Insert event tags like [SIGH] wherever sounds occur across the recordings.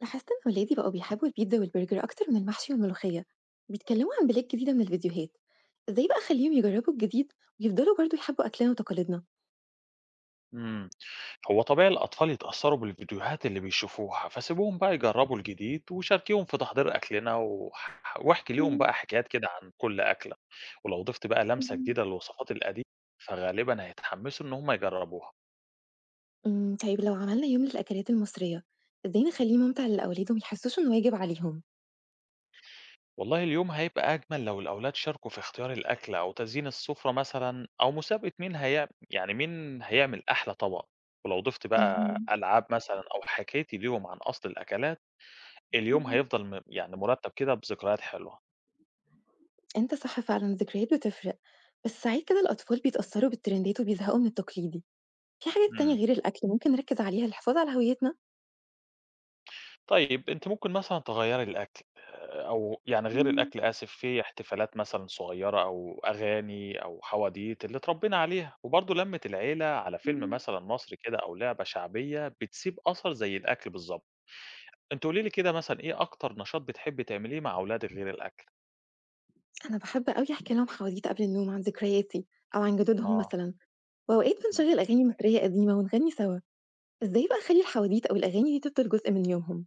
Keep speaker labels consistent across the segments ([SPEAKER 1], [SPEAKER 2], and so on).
[SPEAKER 1] لاحظت إن ولادي بقوا بيحبوا البيتزا والبرجر أكتر من المحشي والملوخية. بيتكلموا عن بلاد جديدة من الفيديوهات. إزاي بقى أخليهم يجربوا الجديد ويفضلوا برضو يحبوا أكلنا وتقاليدنا؟
[SPEAKER 2] امم هو طبيعي الأطفال يتأثروا بالفيديوهات اللي بيشوفوها فسيبوهم بقى يجربوا الجديد وشاركيهم في تحضير أكلنا واحكي ليهم
[SPEAKER 1] مم.
[SPEAKER 2] بقى حكايات كده عن كل أكلة. ولو ضفت بقى لمسة جديدة للوصفات القديمة فغالبا هيتحمسوا إن هم يجربوها.
[SPEAKER 1] أمم، طيب لو عملنا يوم للأكلات المصرية، إزاي نخليه ممتع للأولاد وما يحسوش إنه واجب عليهم؟
[SPEAKER 2] والله اليوم هيبقى أجمل لو الأولاد شاركوا في اختيار الأكل أو تزيين السفرة مثلا أو مسابقة مين هي يعني مين هيعمل أحلى طبق، ولو ضفت بقى
[SPEAKER 1] أمم.
[SPEAKER 2] ألعاب مثلا أو حكايتي ليهم عن أصل الأكلات. اليوم
[SPEAKER 1] مم.
[SPEAKER 2] هيفضل يعني مرتب كده بذكريات حلوة.
[SPEAKER 1] أنت صح فعلا، الذكريات بتفرق، بس ساعات كده الأطفال بيتأثروا بالترندات وبيزهقوا من التقليدي. في حاجات تانية
[SPEAKER 2] إمم.
[SPEAKER 1] غير الأكل ممكن نركز عليها للحفاظ على هويتنا؟
[SPEAKER 2] طيب أنتِ ممكن مثلًا تغيّري الأكل أو يعني غير الأكل، آسف، في احتفالات مثلًا صغيّرة أو أغاني أو حواديت اللي اتربّينا عليها، وبرضه لَمّة العيلة على فيلم
[SPEAKER 1] مم.
[SPEAKER 2] مثلًا مصري كده أو لعبة شعبية بتسيب أثر زي الأكل بالضبط. أنتِ قولي لي كده مثلًا إيه أكتر نشاط بتحبّي تعمليه مع أولادِك غير الأكل؟
[SPEAKER 1] أنا باحب أوي أحكي لهم حواديت قبل النوم عن ذكرياتي أو عن جدودهم
[SPEAKER 2] آه.
[SPEAKER 1] مثلًا، وأوقات
[SPEAKER 2] اهم.
[SPEAKER 1] بنشغّل أغاني مصرية قديمة ونغني سوا. إزاي بقى أخلّي الحواديت أو الأغاني دي تفضل جزء من يومهم؟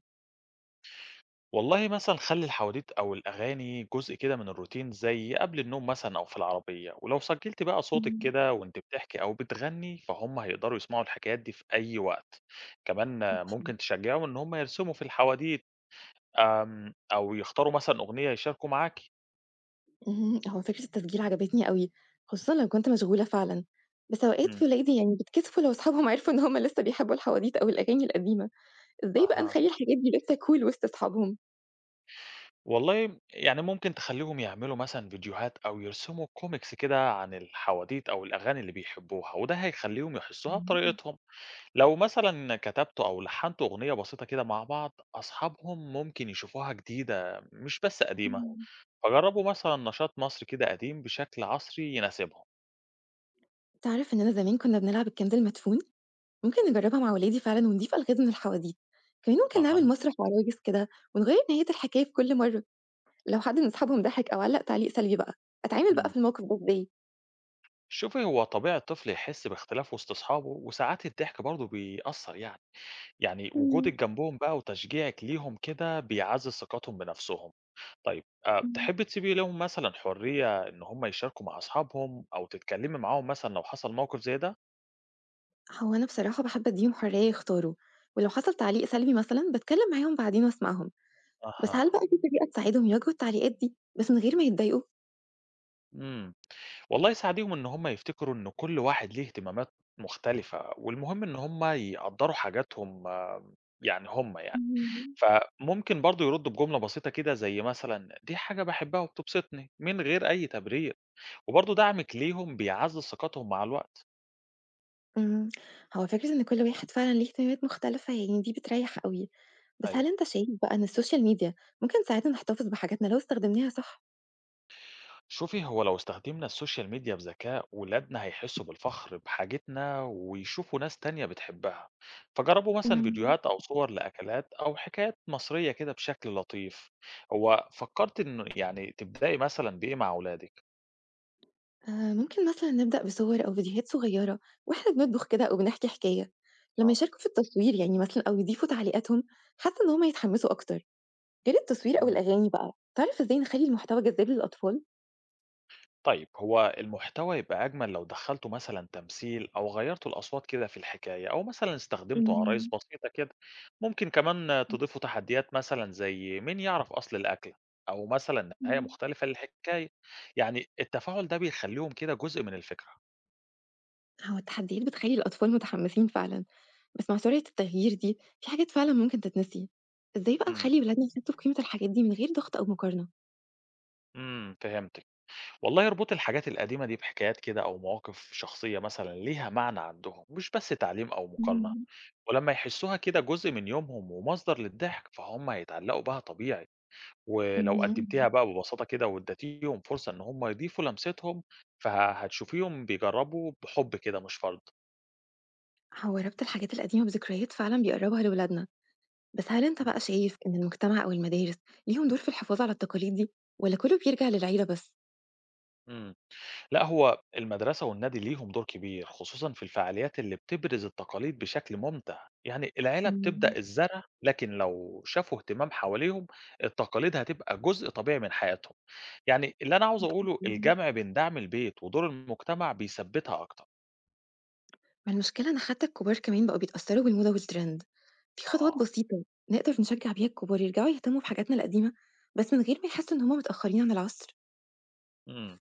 [SPEAKER 2] والله مثلًا خلّي الحواديت أو الأغاني جزء كده من الروتين زي قبل النوم مثلًا أو في العربية، ولو سجّلتِ بقى صوتِك
[SPEAKER 1] إمم.
[SPEAKER 2] كده وأنتِ بتحكي أو بتغني، فهُم هيقدروا يسمعوا الحكايات دي في أي وقت. كمان
[SPEAKER 1] أوكي.
[SPEAKER 2] ممكن تشجّعيهم إن هُم يرسموا في الحواديت، أو يختاروا مثلًا أغنية يشاركوا معاكِ.
[SPEAKER 1] اهم، هو فكرة التسجيل عجبتني أوي، خصوصًا لو كنت مشغولة فعلًا، بس أوقات في
[SPEAKER 2] إمم.
[SPEAKER 1] ولادي يعني بيتكسفوا لو أصحابهم عرفوا إن هم لسه بيحبوا الحواديت أو الأغاني القديمة. إزاي بقى
[SPEAKER 2] أها.
[SPEAKER 1] نخلّي الحاجات دي لسه cool وسط أصحابهم؟
[SPEAKER 2] والله يعني ممكن تخلّيهم يعملوا مثلًا فيديوهات أو يرسموا كوميكس كده عن الحواديت أو الأغاني اللي بيحبوها، وده هيخلّيهم يحسّوها
[SPEAKER 1] إمم.
[SPEAKER 2] بطريقتهم. لو مثلًا كتبت أو لحّنت أغنية بسيطة كده مع بعض، أصحابهم ممكن يشوفوها جديدة مش بس قديمة،
[SPEAKER 1] إمم.
[SPEAKER 2] فجربوا مثلًا نشاط مصري كده قديم بشكل عصري يناسبهم.
[SPEAKER 1] تعرف إننا زمان كنا بنلعب الكنز المدفون؟ ممكن نجربها مع ولادي فعلًا ونضيف ألغاز من الحواديت، كمان ممكن نعمل
[SPEAKER 2] أها.
[SPEAKER 1] مسرح وعرايس كده ونغيّر نهاية الحكاية في كل مرة. لو حد من أصحابهم ضحك أو علّق تعليق سلبي بقى، أتعامل بقى
[SPEAKER 2] إمم.
[SPEAKER 1] في الموقف ده إزاي؟
[SPEAKER 2] شوفي، هو طبيعي الطفل يحس باختلاف وسط أصحابه، وساعات الضحك برضه بيأثّر يعني، يعني
[SPEAKER 1] إمم.
[SPEAKER 2] وجودِك جنبهم بقى وتشجيعِك ليهم كده بيعزّز ثقتهم بنفسهم. طيب
[SPEAKER 1] إمم.
[SPEAKER 2] تحبي تسيبي لهم مثلًا حرية إن هم يشاركوا مع أصحابهم أو تتكلمي معاهم مثلًا لو حصل موقف زي ده؟
[SPEAKER 1] هو أنا بصراحة باحب أدّيهم حرية يختاروا، ولو حصل تعليق سلبي مثلًا باتكلم معاهم بعدين وأسمعهم. بس هل
[SPEAKER 2] أها.
[SPEAKER 1] بقى في طريقة تساعدهم يواجهوا التعليقات دي بس من غير ما يتضايقوا؟
[SPEAKER 2] إمم. والله ساعديهم إن هم يفتكروا إن كل واحد ليه اهتمامات مختلفة، والمهم إن هم يقدّروا حاجاتهم. آه، يعني هم يعني.
[SPEAKER 1] إمم.
[SPEAKER 2] فممكن برضه يردّوا بجملة بسيطة كده زي مثلًا دي حاجة باحبها وبتبسطني، من غير أي تبرير، وبرضه دعمِك ليهم بيعزّز ثقتهم مع الوقت.
[SPEAKER 1] إمم، هو فكرة إن كل واحد فعلًا ليه اهتمامات مختلفة يعني دي بتريّح أوي، بس هل
[SPEAKER 2] أيوه.
[SPEAKER 1] أنت شايف بقى إن السوشيال ميديا ممكن تساعدنا نحتفظ بحاجاتنا لو استخدمناها صح؟
[SPEAKER 2] شوفي، هو لو استخدمنا السوشيال ميديا بذكاء، ولادنا هيحسوا بالفخر بحاجتنا ويشوفوا ناس تانية بتحبها، فجربوا مثلا
[SPEAKER 1] مم.
[SPEAKER 2] فيديوهات أو صور لأكلات أو حكايات مصرية كده بشكل لطيف. هو فكرت إنه يعني تبدأي مثلا بإيه مع أولادك؟
[SPEAKER 1] آه، ممكن مثلا نبدأ بصور أو فيديوهات صغيرة وإحنا بنطبخ كده أو بنحكي حكاية. لما يشاركوا في التصوير يعني مثلا أو يضيفوا تعليقاتهم، حاسة إن هما يتحمسوا أكتر. غير التصوير أو
[SPEAKER 2] اه.
[SPEAKER 1] الأغاني بقى تعرف إزاي نخلي المحتوى جذاب للأطفال؟
[SPEAKER 2] طيب، هو المحتوى يبقى أجمل لو دخلته مثلا تمثيل أو غيرته الأصوات كده في الحكاية، أو مثلا استخدمته عرايس
[SPEAKER 1] مم.
[SPEAKER 2] بسيطة كده. ممكن كمان تضيفوا تحديات مثلا زي مين يعرف أصل الأكلة، أو مثلا نهاية
[SPEAKER 1] مم.
[SPEAKER 2] مختلفة للحكاية. يعني التفاعل ده بيخليهم كده جزء من الفكرة.
[SPEAKER 1] هو التحديات بتخلي الأطفال متحمسين فعلا، بس مع سرعة التغيير دي في حاجات فعلا ممكن تتنسي. إزاي بقى
[SPEAKER 2] امم
[SPEAKER 1] نخلي ولادنا يحسوا بقيمة الحاجات دي من غير ضغط أو مقارنة؟
[SPEAKER 2] فهمتك. والله، يربط الحاجات القديمة دي بحكايات كده أو مواقف شخصية مثلا ليها معنى عندهم، مش بس تعليم أو مقارنة. ولما يحسوها كده جزء من يومهم ومصدر للضحك فهم هيتعلقوا بها طبيعي. ولو
[SPEAKER 1] اهم.
[SPEAKER 2] قدمتيها بقى ببساطة كده واديتيهم فرصة إن هم يضيفوا لمستهم، فهتشوفيهم بيجربوا بحب كده مش فرض.
[SPEAKER 1] هو ربط الحاجات القديمة بذكريات فعلًا بيقرّبها لولادنا، بس هل أنت بقى
[SPEAKER 2] إمم.
[SPEAKER 1] شايف إن المجتمع أو المدارس ليهم دور في الحفاظ على التقاليد دي والّا كُلّه بيرجع للعيلة بس؟
[SPEAKER 2] إمم. لأ، هو المدرسة والنادي ليهم دور كبير، خصوصًا في الفعاليات اللي بتبرز التقاليد بشكل ممتع، يعني العيلة
[SPEAKER 1] إمم.
[SPEAKER 2] بتبدأ الزرع، لكن لو شافوا اهتمام حواليهم التقاليد هتبقى جزء طبيعي من حياتهم. يعني اللي أنا عاوز أقوله،
[SPEAKER 1] إمم.
[SPEAKER 2] الجمع بين دعم البيت ودور المجتمع بيثبّتها أكتر.
[SPEAKER 1] ما المشكلة إن حتى الكبار كمان بقوا بيتأثّروا بالموضة والtrend. في خطوات
[SPEAKER 2] آه.
[SPEAKER 1] بسيطة نقدر نشجّع بيها الكبار يرجعوا يهتموا بحاجاتنا القديمة، بس من غير ما يحسّوا إن هم متأخّرين عن العصر؟
[SPEAKER 2] إمم.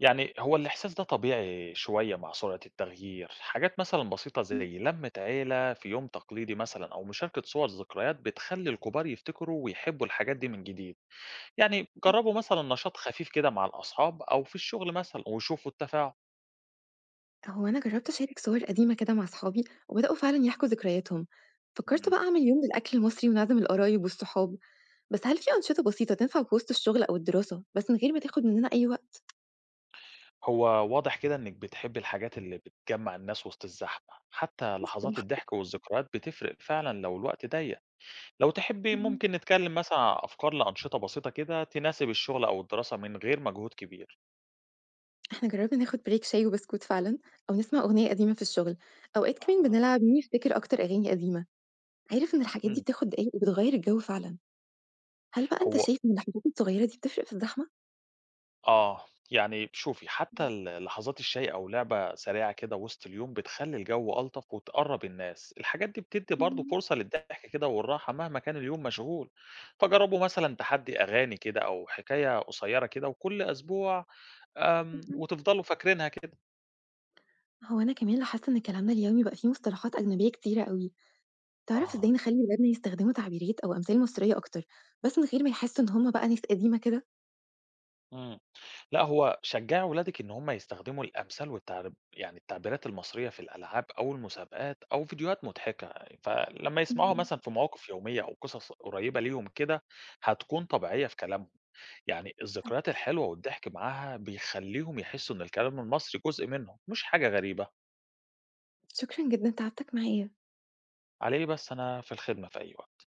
[SPEAKER 2] يعني هو الإحساس ده طبيعي شوية مع سرعة التغيير، حاجات مثلًا بسيطة
[SPEAKER 1] إمم.
[SPEAKER 2] زي لمة عيلة في يوم تقليدي مثلًا أو مشاركة صور ذكريات بتخلي الكبار يفتكروا ويحبوا الحاجات دي من جديد. يعني
[SPEAKER 1] إمم.
[SPEAKER 2] جربوا مثلًا نشاط خفيف كده مع الأصحاب أو في الشغل مثلًا وشوفوا التفاعل.
[SPEAKER 1] هو أنا جرّبت أشارك صور قديمة كده مع صحابي وبدأوا فعلًا يحكوا ذكرياتهم، فكّرت
[SPEAKER 2] مم.
[SPEAKER 1] بقى أعمل يوم للأكل المصري ونعزم القرايب والصحاب. بس هل في أنشطة بسيطة تنفع في وسط الشغل أو الدراسة بس من غير ما تاخد مننا أي وقت؟
[SPEAKER 2] هو واضح كده إنِك بتحبي الحاجات اللي بتجمع الناس وسط الزحمة، حتى
[SPEAKER 1] [LAUGHS]
[SPEAKER 2] لحظات
[SPEAKER 1] صح.
[SPEAKER 2] الضحك والذكريات بتفرق فعلًا لو الوقت ضيق. لو تحبي
[SPEAKER 1] مم.
[SPEAKER 2] ممكن نتكلم مثلًا عن أفكار لأنشطة بسيطة كده تناسب الشغل أو الدراسة من غير مجهود كبير.
[SPEAKER 1] إحنا جربنا ناخد بريك شاي وبسكوت فعلا أو نسمع أغنية قديمة في الشغل. أوقات كمان
[SPEAKER 2] أها.
[SPEAKER 1] بنلعب مين يفتكر أكتر أغاني قديمة. عارف إن الحاجات دي
[SPEAKER 2] إمم،
[SPEAKER 1] بتاخد دقايق وبتغير الجو فعلا. هل بقى أنت
[SPEAKER 2] هو
[SPEAKER 1] شايف إن الحاجات الصغيرة دي بتفرق في الزحمة؟
[SPEAKER 2] آه، يعني شوفي، حتى
[SPEAKER 1] مم.
[SPEAKER 2] لحظات الشاي أو لعبة سريعة كده وسط اليوم بتخلّي الجو ألطف وتقرّب الناس، الحاجات دي بتدّي برضه
[SPEAKER 1] مم.
[SPEAKER 2] فرصة للضحك كده والراحة مهما كان اليوم مشغول. فجرّبوا مثلًا تحدي أغاني كده أو حكاية قصيرة كده وكل أسبوع، وتفضلوا فاكرينها كده.
[SPEAKER 1] هو أنا كمان لاحظت إن كلامنا اليومي بقى فيه مصطلحات أجنبية كتيرة قوي. تعرف إزاي
[SPEAKER 2] أها.
[SPEAKER 1] نخلي ولادنا يستخدموا تعبيرات أو أمثال مصرية أكتر بس من غير ما يحسوا إن هما بقى ناس قديمة كده؟
[SPEAKER 2] إمم. لأ، هو شجّعي ولادِك إن هم يستخدموا الأمثال يعني التعبيرات المصرية في الألعاب أو المسابقات أو فيديوهات مضحكة، يعني فلمّا يسمعوها
[SPEAKER 1] مم.
[SPEAKER 2] مثلًا في مواقف يومية أو قصص قريّبة ليهم كده، هتكون طبيعية في كلامهم. يعني الذكريات الحلوة والضحك معاها بيخلّيهم يحسّوا إن الكلام المصري جزء منهم، مش حاجة غريبة.
[SPEAKER 1] شكرا جدا تعبتك معايا.
[SPEAKER 2] على إيه بس، أنا في الخدمة في أي وقت.